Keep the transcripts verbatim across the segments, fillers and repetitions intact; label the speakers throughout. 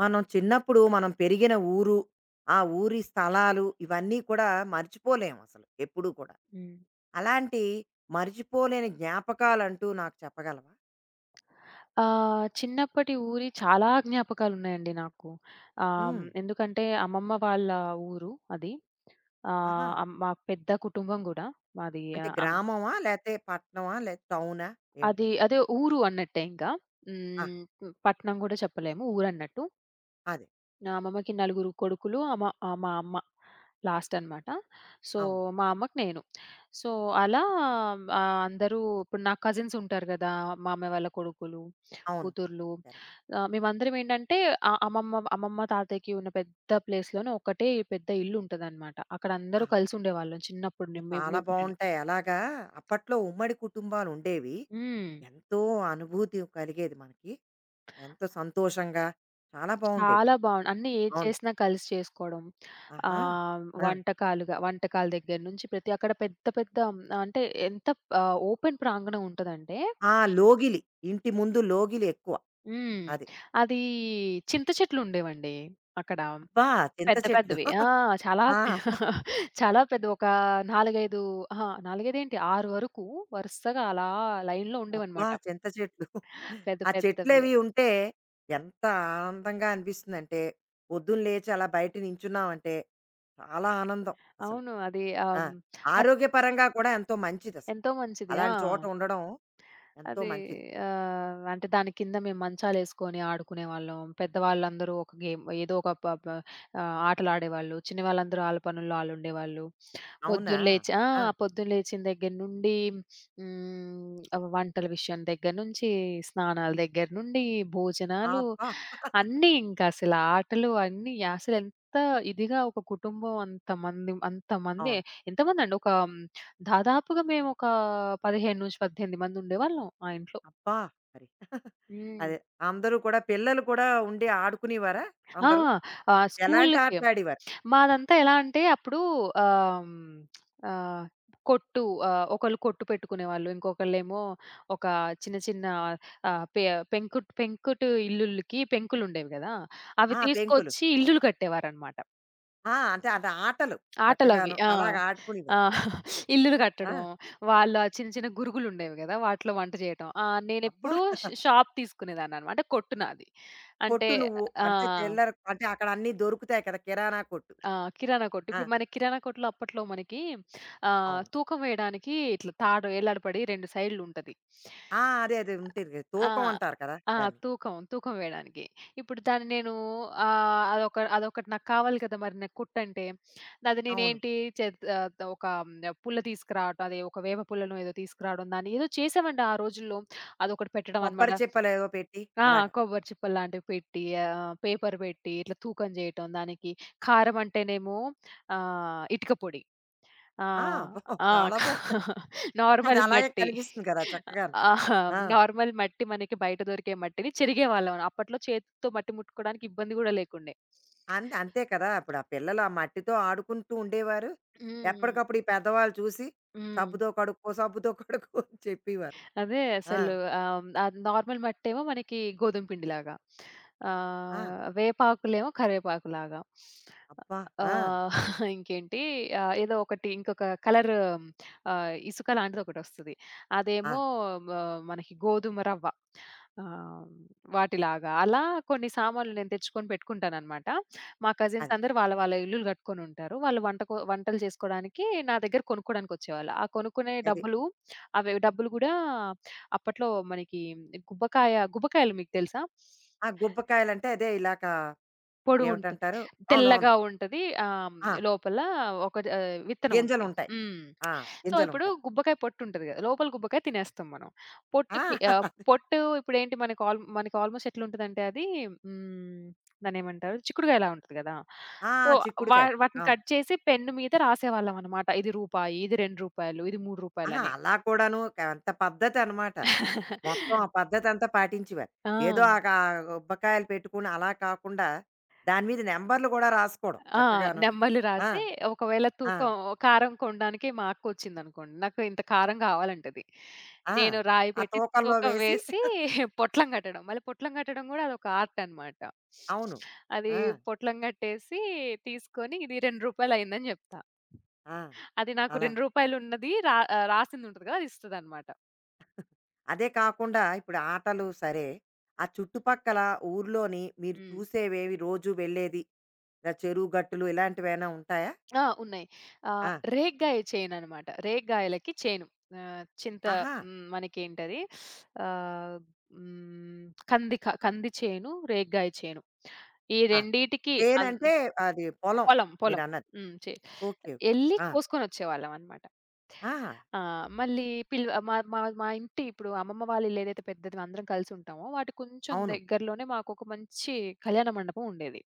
Speaker 1: మనం చిన్నప్పుడు మనం పెరిగిన ఊరు, ఆ ఊరి స్థలాలు ఇవన్నీ కూడా మర్చిపోలేము అసలు ఎప్పుడూ కూడా.
Speaker 2: హ్మ్.
Speaker 1: అలాంటి మర్చిపోలేని జ్ఞాపకాలంటూ నాకు చెప్పగలవా?
Speaker 2: ఆహ్, చిన్నప్పటి ఊరి చాలా జ్ఞాపకాలున్నాయండి నాకు. ఆహ్,
Speaker 1: హ్మ్.
Speaker 2: ఎందుకంటే అమ్మమ్మ వాళ్ళ ఊరు అది.
Speaker 1: ఆహా!
Speaker 2: ఆహ్, అమ్ మా పెద్ద కుటుంబం గూడా మాది.
Speaker 1: అంటే
Speaker 2: ఆహ్,
Speaker 1: గ్రామమా? లేతే పట్టణమా? లేతే టౌనా?
Speaker 2: అది
Speaker 1: ఏమిటసలు?
Speaker 2: అదే ఊరు అన్నట్టే ఇంకా.
Speaker 1: ఆహా!
Speaker 2: హ్మ్. పట్నం గూడా చెప్పలేము. ఊరన్నట్టు.
Speaker 1: అదే.
Speaker 2: నా అమ్మమ్మకి నలుగురు కొడుకులు, అమ ఆహ్, మా అమ్మ లాస్ట్ అనమాట. సో,
Speaker 1: అవును.
Speaker 2: మా అమ్మకి నేను. సో, అలా ఆహ్, అందరూ ఇప్పుడు నా కజిన్స్ ఉంటారు గదా! మామయ్య వాళ్ళ కొడుకులు,
Speaker 1: అవును.
Speaker 2: కూతుర్లు
Speaker 1: కరెక్ట్.
Speaker 2: ఆహ్, మేమందరం ఏంటంటే ఆహ్, అమ్మమ్మ అమ్మమ్మ, తాతయ్యకి ఉన్న పెద్ద ప్లేస్‌లోనే ఒకటే పెద్ద ఇల్లు ఉంటదనమాట. అక్కడ
Speaker 1: ఆహా!
Speaker 2: అందరూ కలిసి ఉండేవాళ్ళం చిన్నప్పుడు నే
Speaker 1: నువ్వు
Speaker 2: మేము
Speaker 1: చాలా
Speaker 2: మేము పుట్టిన.
Speaker 1: బావుంటాయి. అలాగా అప్పట్లో ఉమ్మడి కుటుంబాలుండేవి.
Speaker 2: హ్మ్.
Speaker 1: ఎంతో అనుభూతి కలిగేది మనకి. ఎంతో సంతోషంగా చాలా
Speaker 2: చాలా
Speaker 1: బావుండేవవి.
Speaker 2: బావుండు. అన్నీ ఏది
Speaker 1: అవును.
Speaker 2: చేసినా కలిసి చేసుకోవడం.
Speaker 1: ఆహా!
Speaker 2: ఆహ్,
Speaker 1: ఆ!
Speaker 2: వంటకాలుగా వంటకాల దగ్గర నుంచి ప్రతి అక్కడ పెద్ద పెద్ద మ్, అంటే ఎంత ఆహ్, ఓపెన్ ప్రాంగణం ఉంటదంటే.
Speaker 1: ఆ! లోగిలి. ఇంటి ముందు లోగిలి ఎక్కువ.
Speaker 2: హ్మ్.
Speaker 1: అది.
Speaker 2: అది చింత చెట్లు ఉండేవండి అక్కడ.
Speaker 1: అబ్బా! చింత
Speaker 2: పెద్ద
Speaker 1: చెట్లు.
Speaker 2: పెద్దవి. ఆ! చాలా
Speaker 1: ఆ!
Speaker 2: పె- చాలా పెద్ద ఒక నాలుగు, ఐదు. అహా! నాలుగు, ఐదు ఏంటి ఆరు వరకు వరుసగా అలా లైన్‌లో
Speaker 1: అబ్బా!
Speaker 2: ఉండేవన్నమాట.
Speaker 1: చింత చెట్లు.
Speaker 2: పెద్ద
Speaker 1: ఆ
Speaker 2: పెద్దవి.
Speaker 1: చెట్లవి ఉంటే ఎంత ఆనందంగా అనిపిస్తుందంటే, పొద్దున్న లేచి అలా బయట నించున్నామంటే చాలా ఆనందం అసలు.
Speaker 2: అవును. అది
Speaker 1: ఆ!
Speaker 2: ఆహ్,
Speaker 1: ఆరోగ్యపరంగా కూడా ఎంతో మంచిదసలు.
Speaker 2: ఎంతో మంచిది. ఆ!
Speaker 1: అలాంటి చోట ఉండడం ఎంతో
Speaker 2: అది
Speaker 1: మంచిది.
Speaker 2: ఆహ్, అంటే దాని కింద మేము మంచాలేసుకొని ఆడుకునేవాళ్ళం. పెద్దవాళ్ళందరూ ఒక గేమ్ ఏదో ఒక ప ప ఆహ్, ఆటలాడేవాళ్ళు. చిన్నవాళ్ళందరూ ఆళ్ళ పనుల్లో ఆళ్ళుండేవాళ్ళు.
Speaker 1: అవునా?
Speaker 2: పొద్దున లేచి ఆ!
Speaker 1: ఆ!
Speaker 2: పొద్దున లేచిన దగ్గర నుండి హ్మ్. వంటల విషయం దగ్గర నుంచి, స్నానాల దగ్గర నుండి,
Speaker 1: ఆ,
Speaker 2: భోజనాలు
Speaker 1: అబ్బా!
Speaker 2: అన్నీ ఇంకా అసలు ఆటలు అన్నీ అసలు ఎంత ఇదిగా ఒక కుటుంబం అంతమంది అంతమంది
Speaker 1: అవును.
Speaker 2: ఎంతమందండి ఒక దాదాపుగా మేము ఒక పదిహేను నుండి పద్దెనిమిది మంది ఉండేవాళ్ళం ఆ ఇంట్లో.
Speaker 1: అబ్బా! మరి.
Speaker 2: హ్మ్.
Speaker 1: అదే. అందరూ కూడా పిల్లలు కూడా ఉండి ఆడుకునేవారా
Speaker 2: ఆ!
Speaker 1: అందరూ?
Speaker 2: ఆహ్,
Speaker 1: ఎలాంటి
Speaker 2: స్కూలుకి
Speaker 1: ఆటలాడేవారు?
Speaker 2: మాదంతా ఎలా అంటే అప్పుడు ఆహ్, హ్మ్, ఆహ్, కొట్టు ఆహ్, ఒకళ్ళు కొట్టు పెట్టుకునేవాళ్ళు. ఇంకొకళ్ళేమో ఒక చిన్న చిన్న ఆహ్, పె పెంకుట్ పెంకుటు ఇల్లులకి పెంకులుండేవి గదా! అవి
Speaker 1: ఆ! పెంకులు.
Speaker 2: తీసుకొచ్చి ఇల్లులు కట్టేవారనమాట.
Speaker 1: ఆ! అంటే అది ఆటలు
Speaker 2: ఆటలవి.
Speaker 1: చక్కగాను.
Speaker 2: ఆ!
Speaker 1: అలాగ
Speaker 2: ఆ!
Speaker 1: ఆడుకునేవారు.
Speaker 2: ఇల్లులు
Speaker 1: ఆ!
Speaker 2: కట్టడం, వాళ్ళు ఆ చిన్న చిన్న గురుగులుండేవి గదా! వాటిలో వంట చేయటం. ఆ!
Speaker 1: అబ్బా!
Speaker 2: నేనెప్పుడూ ష్ షాప్ తీసుకునేదాన్ననమాట. కొట్టు నాది. అంటే.
Speaker 1: కొట్టు నువ్వు.
Speaker 2: ఆ!
Speaker 1: అంటే చిల్లర అంటే అక్కడ అన్నీ దొరుకుతాయి కదా! కిరాణా కొట్టు.
Speaker 2: ఆ! కిరాణా కొట్టు.
Speaker 1: ఆ!
Speaker 2: ఇప్పుడు మనకి కిరాణా కొట్టులో అప్పట్లో మనకి ఆహ్,
Speaker 1: అవును.
Speaker 2: తూకం వేయడానికి ఇట్లా తాడు వేలాడబడి రెండు సైడ్‌లు ఉంటది.
Speaker 1: ఆ! అదే అదే ఉంటుంది కదా!
Speaker 2: ఆ!
Speaker 1: తూకం అంటారు కదా!
Speaker 2: ఆ!
Speaker 1: దాన్ని.
Speaker 2: తూకం, తూకం వేయడానికి. ఇప్పుడు దాన్ని నేను ఆహ్, అదొక అదొకటి నాకు కావాలి కదా! మరి నాకు కుట్టంటే, అది
Speaker 1: అవును.
Speaker 2: నేనేంటి చేత్ ఆహ్, ఒక పుల్ల తీసుకురావటం, అది ఒక వేప పుల్లనో ఏదో తీసుకురావడం దాన్ని ఏదో చేసామండి ఆ రోజుల్లో. అదొకటి పెట్టడం అనమాట.
Speaker 1: కొబ్బరి చిప్పలేవో పెట్టి
Speaker 2: ఆ!
Speaker 1: అలాగా.
Speaker 2: కొబ్బరి చిప్పల్లాంటివి పెట్టి ఆహ్, పేపర్ పెట్టి ఇట్లా తూకం చేయటం దానికి. కారం అంటేనేమో ఆహ్, ఇటుక పొడి.
Speaker 1: ఆ!
Speaker 2: ఆహ్,
Speaker 1: అబ్బా!
Speaker 2: ఆ!
Speaker 1: చాలా బావుంది. అది
Speaker 2: నార్మల్
Speaker 1: అలాగే
Speaker 2: మట్టి.
Speaker 1: కనిపిస్తుంది కదా! చక్కగాను.
Speaker 2: ఆహ్,
Speaker 1: ఆ!
Speaker 2: నార్మల్ మట్టి మనకి బయట దొరికే మట్టిని చెరిగేవాళ్ళం. అప్పట్లో చేతితో మట్టి ముట్టుకోవడానికి ఇబ్బంది గూడా లేకుండే.
Speaker 1: అంతే అంతే కదా! ఇప్పుడు ఆ పిల్లలు ఆ మట్టితో ఆడుకుంటూ ఉండేవారు.
Speaker 2: హ్మ్.
Speaker 1: ఎప్పటికప్పుడు ఈ పెద్దవాళ్ళు చూసి
Speaker 2: హ్మ్.
Speaker 1: సబ్బుతో కడుక్కో, సబ్బుతో కడుక్కో అని చెప్పేవారు.
Speaker 2: అదే
Speaker 1: ఆ!
Speaker 2: అసలు ఆహ్, ఆహ్, నార్మల్ మట్టేమో మనకి గోధుమ పిండిలాగా.
Speaker 1: ఆ!
Speaker 2: ఆహ్, వేపాకులేమో కరివేపాకులాగా.
Speaker 1: అబ్బా! ఆ!
Speaker 2: ఆహ్, ఇంకేంటి ఆహ్, ఏదో ఒకటి ఇంకొక కలర్ ఆహ్, ఇసుక లాంటిదొకటొస్తది.
Speaker 1: ఆ!
Speaker 2: అదేమో మ మనకి గోధుమ రవ్వ. ఆహ్, వాటిలాగా అలా కొన్ని సామాన్లు నేను తెచ్చుకొని పెట్టుకుంటాననమాట. మా కజిన్స్
Speaker 1: అది.
Speaker 2: అందరూ వాళ్ళ వాళ్ళ ఇల్లులు కట్టుకొనుంటారు. వాళ్ళు వంటకో వంటలు చేసుకోడానికి నా దగ్గర కొనుక్కోడానికొచ్చేవాళ్ళు. ఆ కొనుక్కునే
Speaker 1: అది.
Speaker 2: డబ్బులు అవి డబ్బులు గూడా అప్పట్లో మనకి గుబ్బకాయ గుబ్బకాయలు మీకు తెలుసా?
Speaker 1: ఆ! గుబ్బకాయలంటే అదే ఇలాగా
Speaker 2: పొడుగుంటది.
Speaker 1: ఏమిటంటారు?
Speaker 2: తెల్లగా
Speaker 1: అవునవును.
Speaker 2: ఉంటది. ఆహ్, హ్మ్,
Speaker 1: ఆ!
Speaker 2: లోపల ఒక ఆహ్, విత్తనం ఉంటది.
Speaker 1: గింజలుంటాయి.
Speaker 2: హ్మ్.
Speaker 1: ఆ!
Speaker 2: సో, ఇప్పుడు
Speaker 1: గింజలుంటాయి.
Speaker 2: గుబ్బకాయ పొట్టు ఉంటది గదా! లోపల గుబ్బకాయ తినేస్తాం మనం.
Speaker 1: ఆ!
Speaker 2: పొట్టుకి ఆహ్, పొట్టు ఇప్పుడేంటి మనకు ఆల్ మనకి ఆల్‌మోస్ట్ ఎట్లుంటదంటే అది. హ్మ్, దాన్నేమంటారు? చిక్కుడుగాయలా ఉంటది గదా!
Speaker 1: ఆ!
Speaker 2: సో, వా
Speaker 1: చిక్కుడుకాయ.
Speaker 2: వాటిని
Speaker 1: అవును.
Speaker 2: కట్ చేసి పెన్ను మీద రాసేవాళ్ళమనమాట. ఇది రూపాయి, ఇది రూ. రెండు, ఇది రూ. మూడు
Speaker 1: ఆహా!
Speaker 2: అని.
Speaker 1: అలా కూడాను క- అంత పద్ధతనమాట. మొత్తం ఆ పద్ధతంతా పాటించేవారు.
Speaker 2: ఆ!
Speaker 1: ఏదో ఆ గా గుబ్బకాయలు పెట్టుకుని అలా కాకుండా, దాని మీద నంబర్లు కూడా రాసుకోవడం
Speaker 2: ఆ!
Speaker 1: చక్కగాను.
Speaker 2: నెంబర్లు
Speaker 1: ఆ!
Speaker 2: రాసి ఒకవేళ
Speaker 1: ఆ!
Speaker 2: తూకం కారం కొనడానికి మా అక్కొచ్చిందనుకోండి, నాకు ఇంత కారం కావాలంటది.
Speaker 1: ఆ!
Speaker 2: నేను రాయి
Speaker 1: ఆ
Speaker 2: పెట్టి
Speaker 1: తూకంలో
Speaker 2: తూకం
Speaker 1: వేసి
Speaker 2: వేసి పొట్లం కట్టడం. మళ్ళీ పొట్లం కట్టడం గూడా అదొక ఆర్ట్ అనమాట.
Speaker 1: అవును.
Speaker 2: అది
Speaker 1: ఆ!
Speaker 2: పొట్లం కట్టేసి తీసుకొని ఇది రూ. రెండు అయిందని జెప్తా.
Speaker 1: ఆ!
Speaker 2: అది నాకు రూ.
Speaker 1: అలా.
Speaker 2: రెండు ఉన్నది రా ఆహ్, రాసిందుంటది గదా! అది ఇస్తదనమాట.
Speaker 1: అదే కాకుండా ఇప్పుడు ఆటలు సరే, ఆ చుట్టుపక్కల ఊర్లోని మీరు
Speaker 2: హ్మ్.
Speaker 1: చూసేవేవి రోజు వెళ్ళేది? ఇలా చెరువు గట్టులు ఇలాంటివేమైనా ఉంటాయా?
Speaker 2: ఆ! ఉన్నాయి. ఆహ్,
Speaker 1: ఆ!
Speaker 2: రేగ్గాయ చైననమాట. రేగ్గాయలకి చైను. ఆహ్, చింత.
Speaker 1: ఆహా!
Speaker 2: హ్మ్. మనకేంటది ఆహ్, హ్మ్. కంది క కంది చేను, రేగ్గాయ చేను. ఈ
Speaker 1: ఆ!
Speaker 2: రెండిటికి అన్
Speaker 1: చేనంటే అది పొలం
Speaker 2: పొలం, పొలం.
Speaker 1: మీరన్నది.
Speaker 2: హ్మ్. చే
Speaker 1: ఓకే. ఓకే.
Speaker 2: ఎళ్లి
Speaker 1: ఆ!
Speaker 2: కోసుకొనొచ్చేవాళ్ళమనమాట.
Speaker 1: ఆ!
Speaker 2: ఆ! మళ్ళీ పిల్ మా మా మా ఇంటి ఇప్పుడు అమ్మమ్మ వాళ్ళిల్లేదైతే పెద్దది అందరం కలిసుంటామో, వాటి కొంచెం
Speaker 1: అవును.
Speaker 2: దగ్గరలోనే మాకొక మంచి కళ్యాణ మండపం ఉండేది.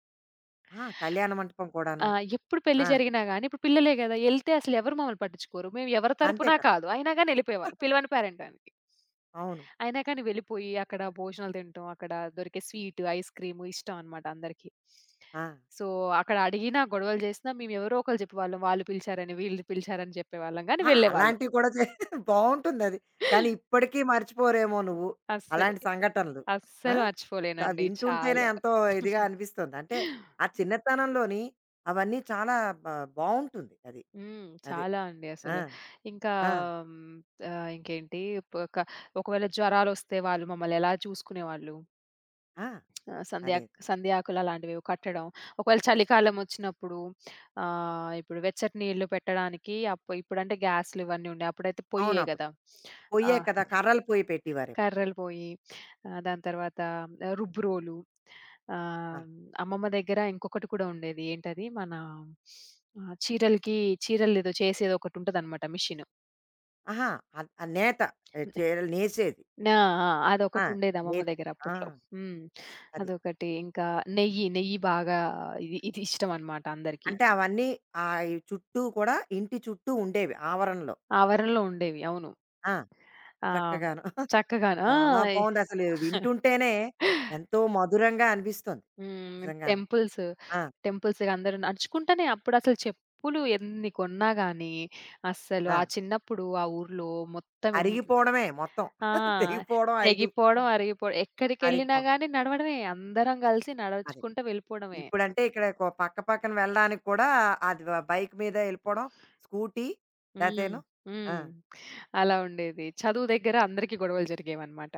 Speaker 1: ఆ! కళ్యాణ మంటపం కూడాను.
Speaker 2: ఆ! ఎప్పుడు పెళ్లి
Speaker 1: ఆ!
Speaker 2: జరిగినా గాని, ఇప్పుడు పిల్లలే గదా! ఎళ్తే అసలెవరు మమ్మల్ని పట్టించుకోరు. మేము ఎవరి
Speaker 1: అంతే
Speaker 2: తరపున
Speaker 1: కదా!
Speaker 2: కాదు. అయినా గాని ఎళ్ళిపోయేవాళ్ళు. పిలవని పేరెంటానికి.
Speaker 1: అవును.
Speaker 2: అయినా కానీ వెళ్ళిపోయి అక్కడ భోజనాలు తినటం, అక్కడ దొరికే స్వీటు, ఐస్ క్రీము ఇష్టం అనమాట అందరికీ.
Speaker 1: ఆ!
Speaker 2: సో, అక్కడ అడిగినా, గొడవలు చేసినా మేమెవరో ఒకళ్ళు చెప్పేవాళ్ళం. వాళ్ళు పిలిచారని, వీళ్ళు పిలిచారని చెప్పేవాళ్ళం గానీ
Speaker 1: ఆ!
Speaker 2: వెళ్ళేవాళ్ళం.
Speaker 1: అలాంటివి కూడా చే బావుంటుందది. కానీ ఇప్పటికీ మర్చిపోరేమో నువ్వు
Speaker 2: అస్సలు.
Speaker 1: అలాంటి సంఘటనలు. ఆ!
Speaker 2: అస్సలు
Speaker 1: చ
Speaker 2: మర్చిపోలేనండి.
Speaker 1: వింటుంటేనే
Speaker 2: చాలా.
Speaker 1: ఎంతో ఇదిగా అనిపిస్తుంది. అంటే ఆ చిన్నతనంలోని అవన్నీ చాలా బ బావుంటుంది అది.
Speaker 2: హ్మ్.
Speaker 1: అది.
Speaker 2: చాలా అండి
Speaker 1: ఆ!
Speaker 2: అసలు. ఇంకా
Speaker 1: ఆ!
Speaker 2: హ్మ్, ఆహ్, ఇంకేంటి ప క ఒకవేళ జ్వరాలొస్తే వాళ్ళు మమ్మల్ని ఎలా చూసుకునేవాళ్ళు?
Speaker 1: ఆ!
Speaker 2: ఆహ్, సంధ్యా
Speaker 1: అదే.
Speaker 2: సంధ్యాకులు అలాంటివేవో కట్టడం. ఒకవేళ చలికాలం వచ్చినప్పుడు ఆహ్, ఇప్పుడు వెచ్చటి నీళ్ళు పెట్టడానికి అప్ ఇప్పుడంటే గ్యాస్‌లు ఇవన్నీ ఉండే. అప్పుడైతే పొయ్యే
Speaker 1: అవునప్పుడు.
Speaker 2: గదా! ఆ!
Speaker 1: పొయ్యే కదా! కర్రల పొయ్యి పెట్టేవారేమో.
Speaker 2: కర్రల పొయ్యి. ఆహ్, దాని తర్వాత రుబ్బురోలు.
Speaker 1: ఆ!
Speaker 2: ఆహ్, అమ్మమ్మ దగ్గర ఇంకొకటి కూడా ఉండేది. ఏంటది? మన ఆహ్, చీరలకి చీరలేదో చేసేదొకటుంటదనమాట మిషను.
Speaker 1: అహా! అద్ ఆ నేత ఏ, చీరలు నేసేది.
Speaker 2: నా ఆ!
Speaker 1: ఆ!
Speaker 2: అదొకటుండేది అమ్మమ్మ
Speaker 1: నేత.
Speaker 2: దగ్గర
Speaker 1: ఆ!
Speaker 2: అప్పట్లో. హ్మ్.
Speaker 1: అది.
Speaker 2: అదొకటి. ఇంకా నెయ్యి, నెయ్యి బాగా ఇది ఇది ఇష్టమనమాట అందరికీ.
Speaker 1: అంటే అవన్నీ ఆహ్, ఈ చుట్టూ కూడా ఇంటి చుట్టూ ఉండేవి ఆవరణలో.
Speaker 2: ఆవరణలో ఉండేవి. అవును.
Speaker 1: ఆ!
Speaker 2: ఆ!
Speaker 1: చక్కగాను.
Speaker 2: చక్కగాను. ఆ!
Speaker 1: చాలా బావుందసలు వింటుంటేనే ఎంతో మధురంగా అనిపిస్తుంది
Speaker 2: హ్మ్.
Speaker 1: నిజంగాను.
Speaker 2: టెంపుల్స్,
Speaker 1: ఆ!
Speaker 2: టెంపుల్స్‌కి అందరూ నడుచుకుంటనే అప్పుడసలు చెప్పులు ఎన్ని కొన్నా గానీ, అస్సలు
Speaker 1: ఆ!
Speaker 2: ఆ చిన్నప్పుడు ఆ ఊర్లో మొత్తం ఎన్
Speaker 1: అరిగిపోవడమే మొత్తం.
Speaker 2: ఆ!
Speaker 1: తెగిపోవడం, అరిగి
Speaker 2: తెగిపోవడం, అరిగిపోవడం. ఎక్కడికెళ్ళినా
Speaker 1: అరిగిపోవడం.
Speaker 2: గానీ నడవడమే. అందరం గలిసి
Speaker 1: అదే.
Speaker 2: నడుచుకుంటూ వెళ్ళిపోవడమే.
Speaker 1: ఇప్పుడంటే ఇక్కడ కొ పక్క పక్కన వెళ్ళడానికి కూడా అది వ బైక్ మీద ఎళ్ళిపోవడం, స్కూటీ
Speaker 2: హ్మ్.
Speaker 1: లేతేను ఆ!
Speaker 2: హ్మ్. అలా ఉండేది. చదువు దగ్గర అందరికీ గొడవలు జరిగేవన్నమాట.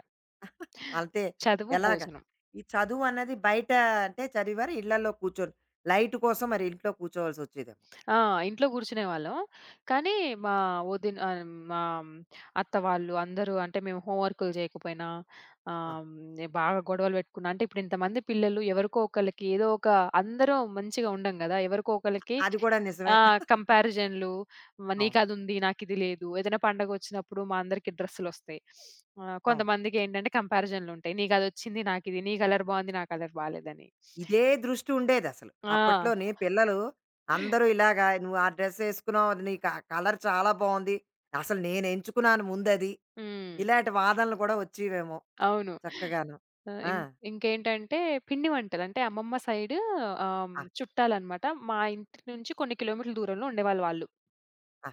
Speaker 1: అంతే.
Speaker 2: చదువు,
Speaker 1: ఎలాగా?
Speaker 2: భోజనం.
Speaker 1: ఈ చదువన్నది బయట అంటే చదివారు, ఇళ్ళల్లో కూర్చొని లైట్ కోసం మరి ఇంట్లో కూర్చోవాల్సొచ్చేదేమో.
Speaker 2: ఆ! ఇంట్లో కూర్చునేవాళ్ళం. కానీ మా వదిన ఆహ్, మా అత్త వాళ్ళు అందరూ అంటే మేము హోమ్ వర్కులు చేయకపోయినా
Speaker 1: ఆ!
Speaker 2: ఆహ్, బాగా గొడవలు పెట్టుకున్నా అంటే ఇప్పుడు ఇంతమంది పిల్లలు ఎవరికో ఒకళ్ళకి ఏదో ఒక అందరం మంచిగా ఉండం గదా! ఎవరికో ఒకళ్ళకి
Speaker 1: అది కూడా
Speaker 2: ఆ!
Speaker 1: నిజమే.
Speaker 2: కంపారిజన్‌లు
Speaker 1: అవును.
Speaker 2: నీకదుంది, నాకిది లేదు. ఏదైనా పండగొచ్చినప్పుడు మా అందరికి డ్రెస్సులొస్తాయి. ఆహ్,
Speaker 1: అవును.
Speaker 2: కొంతమందికేంటంటే కంపారిజన్‌లుంటాయి. నీకదొచ్చింది, నాకిది. నీ కలర్ బావుంది, నా కలర్ బాలేదని.
Speaker 1: ఇదే దృష్టి ఉండేదసలు.
Speaker 2: ఆ!
Speaker 1: అప్పట్లోని పిల్లలు అందరూ ఇలాగా "నువ్వు ఆ డ్రెస్ ఏసుకున్నావు. అది నీకు ఆ కలర్ చాలా బావుంది. అసలు నేనెంచుకున్నాను ముందది."
Speaker 2: హ్మ్.
Speaker 1: ఇలాంటి వాదనలు గూడా వచ్చేవేమో
Speaker 2: అవును.
Speaker 1: చక్కగాను.
Speaker 2: ఆహ్,
Speaker 1: ఆ!
Speaker 2: ఇం ఇంకేంటంటే పిండి వంటలు. అంటే అమ్మమ్మ సైడు ఆహ్,
Speaker 1: ఆ!
Speaker 2: చుట్టాలనమాట. మా ఇంటి నుంచి కొన్ని కిలోమీటర్ల దూరంలో ఉండేవాళ్ళు వాళ్ళు.
Speaker 1: ఆ!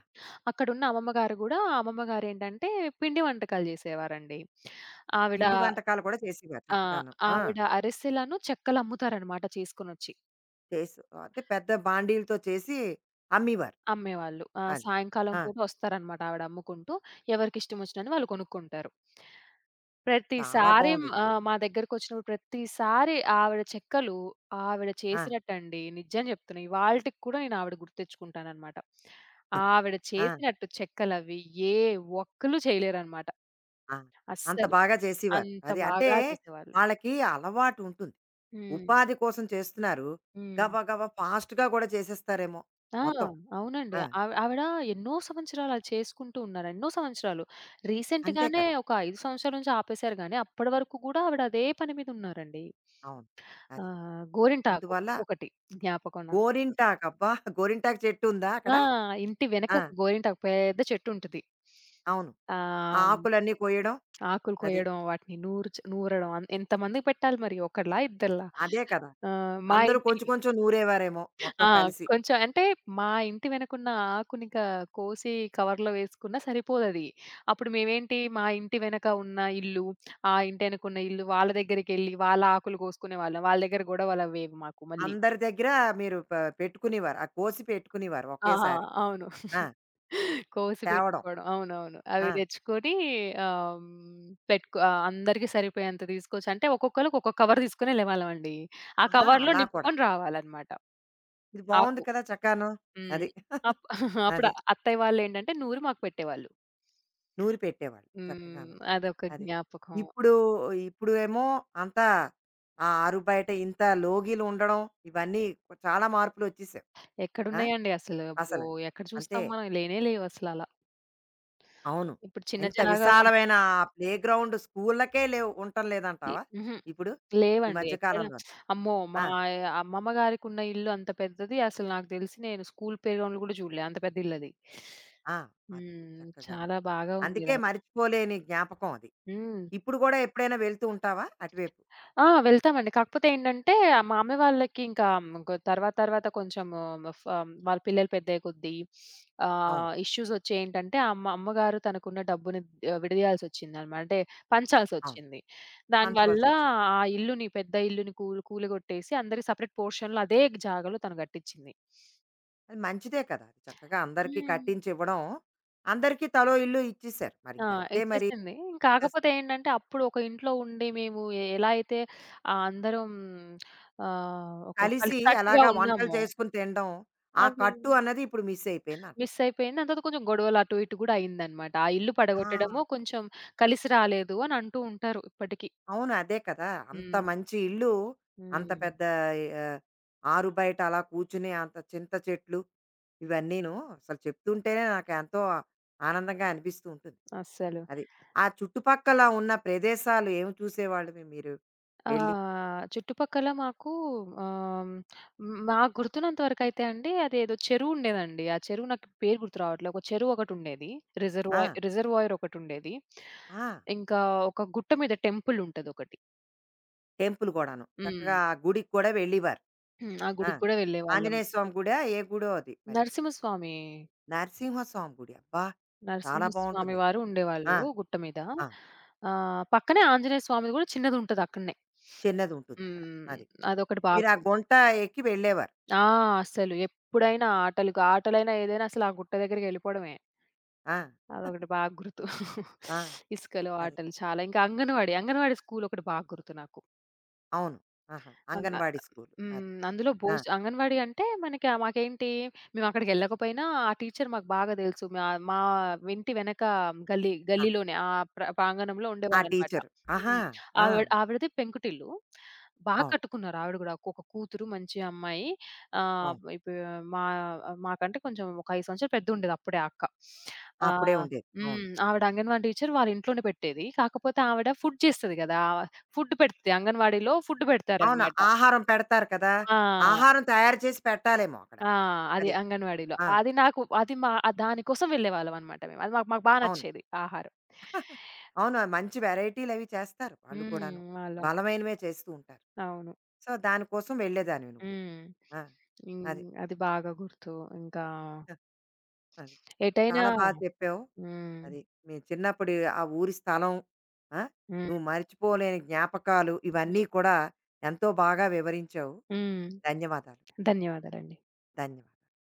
Speaker 2: అక్కడున్న అమ్మమ్మ గారు గూడా అమ్మమ్మ గారేంటంటే పిండి వంటకాలు జేసేవారండి. ఆవిడ.
Speaker 1: పిండి వంటకాలు కూడా చేసేవారు
Speaker 2: ఆ!
Speaker 1: చక్కగాను. ఆ!
Speaker 2: ఆవిడ అరిసెలను, చెక్కలమ్ముతారనమాట చేసుకొనొచ్చి.
Speaker 1: చేసు అంటే పెద్ద బాండీలతో చేసి అమ్మేవారు.
Speaker 2: అమ్మేవాళ్ళు. ఆహ్,
Speaker 1: అది.
Speaker 2: సాయంకాలం
Speaker 1: ఆ!
Speaker 2: పూట వస్తారనమాట ఆవిడ అమ్ముకుంటూ. ఎవరికిష్టమొచ్చినన్ని వాళ్ళు కొనుక్కుంటారు.
Speaker 1: చాలా
Speaker 2: ప్రతిసారి
Speaker 1: బావుందిది.
Speaker 2: ఆ! మా దగ్గరకొచ్చినప్పుడు ప్రతిసారి ఆవిడ చెక్కలు ఆవిడ
Speaker 1: ఆ!
Speaker 2: చేసినట్టండి నిజం చెప్తున్నా. ఇవాల్టికి కూడా నేను ఆవిడ గుర్తెచ్చుకుంటాననమాట. ఆవిడ
Speaker 1: ఆ!
Speaker 2: చేసినట్టు చెక్కలవి ఏ ఒక్కళ్ళు చేయలేరనమాట.
Speaker 1: ఆ! అంత
Speaker 2: అస్సలు.
Speaker 1: బాగా చేసేవారు.
Speaker 2: అంత
Speaker 1: అది అంటే
Speaker 2: బాగా చేసేవాళ్ళు.
Speaker 1: వాళ్ళకి అలవాటుంటుంది.
Speaker 2: హ్మ్.
Speaker 1: ఉపాధి కోసం చేస్తున్నారు.
Speaker 2: హ్మ్.
Speaker 1: గబగబా ఫాస్ట్‌గా కూడా చేసేస్తారేమో
Speaker 2: ఆ!
Speaker 1: మొత్తం.
Speaker 2: అవునండి.
Speaker 1: ఆ!
Speaker 2: ఆవి ఆవిడ ఎన్నో సంవత్సరాలు అది చేసుకుంటూ ఉన్నారు. ఎన్నో సంవత్సరాలు.
Speaker 1: అంతే
Speaker 2: రీసెంట్‌గానే
Speaker 1: కదా!
Speaker 2: ఒక ఐదు సంవత్సరాల నుంచి ఆపేసారు గానీ, అప్పటి వరకు గూడా ఆవిడ అదే పని మీద ఉన్నారండి.
Speaker 1: అవును. అది.
Speaker 2: ఆహ్, గోరింటాకు
Speaker 1: అందువల్ల
Speaker 2: ఒకటి జ్ఞాపకం నాకు.
Speaker 1: గోరింటాకు అబ్బా! గోరింటాకు చెట్టు ఉందా అక్కడ?
Speaker 2: ఆ! ఇంటి వెనక
Speaker 1: ఆ!
Speaker 2: ఒక గోరింటాకు పెద్ద చెట్టుంటది.
Speaker 1: అవును. ఆ
Speaker 2: ఆహ్,
Speaker 1: ఆకులన్నీ కోయడం
Speaker 2: ఆకులు
Speaker 1: అది.
Speaker 2: కొయ్యడం, వాటిని నూర్చ నూరడం అన్ ఎంతమందికి పెట్టాలి మరి ఒకళ్ళా? ఇద్దళ్ళా?
Speaker 1: అదే కదా!
Speaker 2: ఆ! మా
Speaker 1: అందరూ
Speaker 2: ఇంటి.
Speaker 1: కొంచెం కొంచెం నూరేవారేమో మొత్తం
Speaker 2: ఆ!
Speaker 1: కలిసి.
Speaker 2: కొంచెం అంటే మా ఇంటి వెనకున్న ఆకునిక కోసి కవర్‌లో వేసుకున్నా సరిపోదది. అప్పుడు మేమేంటి మా ఇంటి వెనక ఉన్న ఇల్లు, ఆ ఇంటి వెనకున్న ఇల్లు వాళ్ళ దగ్గరికెళ్ళి వాళ్ళ ఆకులు కోసుకునేవాళ్ళం. వాళ్ళ దగ్గర గొడవలవేవి మాకు మళ్ళీ.
Speaker 1: అందరి దగ్గర మీరు ప పెట్టుకునేవారు. ఆ కోసి పెట్టుకునేవారు
Speaker 2: ఆహా!
Speaker 1: ఒకేసారి.
Speaker 2: అవును.
Speaker 1: ఆ!
Speaker 2: కోసి
Speaker 1: తేవడం.
Speaker 2: పెట్టుకోవడం. అవునవును. అవి
Speaker 1: ఆ!
Speaker 2: తెచ్చుకొని ఆహ్, హ్మ్, పెట్టుకో ఆహ్, అందరికీ సరిపోయేంత తీసుకొచ్చి అంటే ఒక్కొక్కళ్ళకి ఒక్కొక్క కవర్ తీసుకొని వెళ్ళేవాళ్ళమండి. ఆ
Speaker 1: ఆహా!
Speaker 2: కవర్‌లో
Speaker 1: అలా కూడా.
Speaker 2: నింపుకొని రావాలన్నమాట.
Speaker 1: ఇది బావుంది
Speaker 2: ఆకులు.
Speaker 1: కదా! చక్కాను.
Speaker 2: హ్మ్.
Speaker 1: అది.
Speaker 2: అప్ అప్పుడు
Speaker 1: అదే.
Speaker 2: అత్తయ్య వాళ్ళేంటంటే నూరి మాకు పెట్టేవాళ్ళు.
Speaker 1: నూరి పెట్టేవాళ్ళు
Speaker 2: హ్మ్.
Speaker 1: చక్కగాను.
Speaker 2: అదొక
Speaker 1: అది.
Speaker 2: జ్ఞాపకం.
Speaker 1: ఇప్పుడు ఇప్పుడు ఏమో అంతా ఆ ఆరుబయట ఇంత లోగీలు ఉండడం ఇవన్నీ చాలా మార్పులు వచ్చేసాయి. ఆ!
Speaker 2: ఎక్కడున్నాయండి అసలు? అబ్బో!
Speaker 1: అసలు.
Speaker 2: ఎక్కడ
Speaker 1: అంతే.
Speaker 2: చూస్తాం మనం లేనే లేవసలలా.
Speaker 1: అవును.
Speaker 2: ఇప్పుడు చిన్న
Speaker 1: ఇంత
Speaker 2: జాగా ఉంది.
Speaker 1: విశాలమైన ఆ ప్లేగ్రౌండ్ స్కూళ్ళకే లేవు ఉండటం లేదంటావా?
Speaker 2: హుహు.
Speaker 1: ఇప్పుడు ఈ
Speaker 2: లేవండి
Speaker 1: మధ్య
Speaker 2: ఎక్కడ.
Speaker 1: కాలంలో.
Speaker 2: అమ్మో! మా
Speaker 1: ఆ!
Speaker 2: అమ్మమ్మ గారికున్న ఇల్లు అంత పెద్దది అసలు నాకు తెలిసి నేను స్కూల్ ప్లేగ్రౌండ్‌లో కూడా చూడలే. అంత పెద్ద ఇల్లది.
Speaker 1: ఆ! అది
Speaker 2: హ్మ్.
Speaker 1: చక్కగాను.
Speaker 2: చాలా బాగా
Speaker 1: అందుకే
Speaker 2: ఉండేదది.
Speaker 1: మర్చిపోలేని జ్ఞాపకం అది.
Speaker 2: హ్మ్.
Speaker 1: ఇప్పుడు గూడా ఎప్పుడైనా వెళ్తూ ఉంటావా అటువైపు?
Speaker 2: ఆ! వెళ్తామండి. కాకపోతే ఏంటంటే, మా అమ్మ వాళ్ళకి ఇంకా గొ తర్వాత తర్వాత కొంచెము ఫ్ ఆహ్, వాళ్ళ పిల్లలు పెద్దయ్యే కొద్దీ
Speaker 1: అవును.
Speaker 2: ఆహ్, ఇష్యూస్ వచ్చాయి ఏంటంటే, అమ్మ అమ్మగారు తనకున్న డబ్బుని ఆహ్, విడదీయాల్సొచ్చిందనమాట. అంటే
Speaker 1: అవును.
Speaker 2: పంచాల్సొచ్చింది. దానివల్ల
Speaker 1: పంచవలసొచ్చింది.
Speaker 2: ఆ ఇల్లుని పెద్ద ఇల్లుని కూల్ కూలగొట్టేసి అందరికి సెపరేట్ పోర్షన్‌లో అదే జాగాలో తను కట్టించింది.
Speaker 1: అది మంచిదే కదా! అది చక్కగా అందరికీ
Speaker 2: హ్మ్.
Speaker 1: కట్టించివ్వడం. అందరికీ తలో ఇల్లు ఇచ్చేశారు.
Speaker 2: ఆ!
Speaker 1: మరింక అంతే మరి.
Speaker 2: ఇచ్చేసింది.
Speaker 1: జస్ట్
Speaker 2: కాకపోతే ఏంటంటే, అప్పుడు ఒక ఇంట్లో ఉండి మేము ఎలా అయితే ఆహ్, అందరం ఆహ్, ఒక
Speaker 1: కలిసి
Speaker 2: కలిసికట్టుగా
Speaker 1: అలాగా వంటలు
Speaker 2: ఉన్నామో
Speaker 1: చేసుకొని తినడం, ఆ
Speaker 2: అది
Speaker 1: కట్టు అన్నది ఇప్పుడు మిస్ అయిపోయిందంటావు.
Speaker 2: మిస్ అయిపోయింది. దాని తర్వాత కొంచెం గొడవలు అటు ఇటు గూడా అయిందనమాట. ఆ ఇల్లు
Speaker 1: ఆ!
Speaker 2: పడగొట్టడము కొంచెం కలిసి రాలేదు అని అంటూ ఉంటారు ఇప్పటికి.
Speaker 1: అవును. అదే కదా! అంత
Speaker 2: హ్మ్.
Speaker 1: మంచి ఇల్లు, అంత
Speaker 2: హ్మ్.
Speaker 1: పెద్ద ఆహ్, ఆరుబయట అలా కూర్చుని అంత చింత చెట్లు ఇవన్నీను అసలు చెప్తుంటేనే నాకెంతో ఆనందంగా అనిపిస్తూ ఉంటుంది.
Speaker 2: అస్సలు.
Speaker 1: అది. ఆ చుట్టుపక్కల ఉన్న ప్రదేశాలు ఏమి చూసేవాళ్ళవి మీరు వెళ్లి?
Speaker 2: ఆహ్, చుట్టుపక్కల మాకు ఆహ్, హ్మ్, నాకు గుర్తున్నంత వరకైతే అండి అదేదో చెరువు ఉండేదండి. ఆ చెరువు నాకు పేరు గుర్తు రావట్లే. ఒక చెరువు ఒకటుండేది.
Speaker 1: ఆ!
Speaker 2: రిజర్వాయర్ రిజర్వాయర్ ఒకటుండేది.
Speaker 1: ఆ!
Speaker 2: ఇంకా ఒక గుట్ట మీద టెంపుల్ ఉంటదొకటి.
Speaker 1: టెంపుల్ కూడాను.
Speaker 2: హ్మ్.
Speaker 1: చక్కగా ఆ గుడికి కూడా వెళ్ళేవారు.
Speaker 2: హ్మ్. ఆ
Speaker 1: ఆ!
Speaker 2: గుడికి గూడా వెళ్ళేవాళ్ళం.
Speaker 1: ఆంజనేయ స్వామి గుడా, ఏ గుడో అది మరి.
Speaker 2: నరసింహస్వామి
Speaker 1: నరసింహస్వామి గుడి. అబ్బా! చాలా
Speaker 2: నరసింహస్వామి
Speaker 1: బావుంటుంది.
Speaker 2: వారు
Speaker 1: ఆ!
Speaker 2: ఉండేవాళ్ళు గుట్ట మీద.
Speaker 1: ఆ!
Speaker 2: ఆహ్, పక్కనే ఆంజనేయ స్వామిది గూడా చిన్నదుంటది అక్కడనే.
Speaker 1: చిన్నదుంటుందక్కడ.
Speaker 2: హ్మ్.
Speaker 1: అది.
Speaker 2: అదొకటి బాగా
Speaker 1: మీరు ఆ
Speaker 2: గుర్తు.
Speaker 1: గుంట ఎక్కి వెళ్ళేవారు.
Speaker 2: ఆ! అస్సలు ఎప్పుడైనా ఆటలుకు ఆటలైనా ఏదైనా అసలు ఆ గుట్ట దగ్గరికెళ్ళిపోవడమే.
Speaker 1: ఆ!
Speaker 2: అదొకటి బాగా గుర్తు.
Speaker 1: ఆ!
Speaker 2: ఇసుకలో
Speaker 1: అది.
Speaker 2: ఆటలు చాలా. ఇంకా అంగన్వాడీ, అంగన్వాడీ స్కూల్ ఒకటి బాగా గుర్తు నాకు.
Speaker 1: అవును. ఆహా!
Speaker 2: అంగ
Speaker 1: అంగన్వాడీ స్కూలు. అది.
Speaker 2: హ్మ్. అందులో
Speaker 1: ఆ!
Speaker 2: భోజ్ అంగన్వాడీ అంటే మనకి ఆహ్, మాకేంటి మేమక్కడికెళ్ళకపోయినా ఆ టీచర్ మాకు బాగా తెలుసు. మా మా ఇంటి వెనక గల్లీ
Speaker 1: ఆహా!
Speaker 2: గల్లీలోనే ఆ ప్ర ప్రాంగణంలో
Speaker 1: ఆ
Speaker 2: ఉండేవాళ్ళనమాట.
Speaker 1: టీచరు. ఆహా!
Speaker 2: హ్మ్.
Speaker 1: ఆ!
Speaker 2: ఆవిడ ఆవిడది పెంకుటిల్లు. బా
Speaker 1: అవును.
Speaker 2: కట్టుకున్నారు ఆవిడ గూడా. ఒక కూతురు మంచి అమ్మాయి. ఆహ్,
Speaker 1: అవును.
Speaker 2: ఇప్పుడు మా మాకంటే కొంచెం ఒక ఐదు సంవత్సరాలు పెద్దగుండేది అప్పుడే ఆ అక్క.
Speaker 1: అప్పుడే
Speaker 2: ఆహ్,
Speaker 1: ఉండేది. అవును.
Speaker 2: హ్మ్. ఆవిడ అంగన్వాడీ టీచర్ వాళ్ళ ఇంట్లోనే పెట్టేది. కాకపోతే ఆవిడ ఫుడ్ చేస్తది గదా! ఫుడ్ పెడుతది. అంగన్వాడీలో ఫుడ్
Speaker 1: అవును.
Speaker 2: పెడతారనమాట.
Speaker 1: ఆహారం పెడతారు కదా!
Speaker 2: ఆ!
Speaker 1: ఆహారం తయారు చేసి పెట్టాలేమో అక్కడ.
Speaker 2: ఆ! అది
Speaker 1: అది.
Speaker 2: అంగన్‌వాడీలో.
Speaker 1: ఆ!
Speaker 2: అది నాకు అది మా దానికోసం వెళ్ళేవాళ్ళమనమాట మేము. అది మాకు మాకు బా
Speaker 1: అవును.
Speaker 2: నచ్చేది ఆహారం.
Speaker 1: అవును. మంచి వెరైటీలవి చేస్తారు వాళ్ళు
Speaker 2: హ్మ్.
Speaker 1: కూడాను.
Speaker 2: వాళ్ళ.
Speaker 1: బలమైనవే చేస్తూ ఉంటారు.
Speaker 2: అవును.
Speaker 1: సో, దానికోసం వెళ్ళేదానివి నువ్వు.
Speaker 2: హ్మ్.
Speaker 1: ఆ! అది.
Speaker 2: హ్మ్. అది బాగా గుర్తు. ఇంకా
Speaker 1: ఆ! అది.
Speaker 2: ఎటైనా.
Speaker 1: చాలా బా
Speaker 2: హ్మ్.
Speaker 1: చెప్పావు. అది. మీ చిన్నప్పుడు ఆ ఊరి స్థలం, ఆ!
Speaker 2: హ్మ్.
Speaker 1: నువ్వు మర్చిపోలేని జ్ఞాపకాలు
Speaker 2: హ్మ్.
Speaker 1: ఇవన్నీ కూడా ఎంతో బాగా వివరించావు.
Speaker 2: హ్మ్.
Speaker 1: ధన్యవాదాలు.
Speaker 2: ధన్యవాదాలండి.
Speaker 1: ధన్యవాదాలు.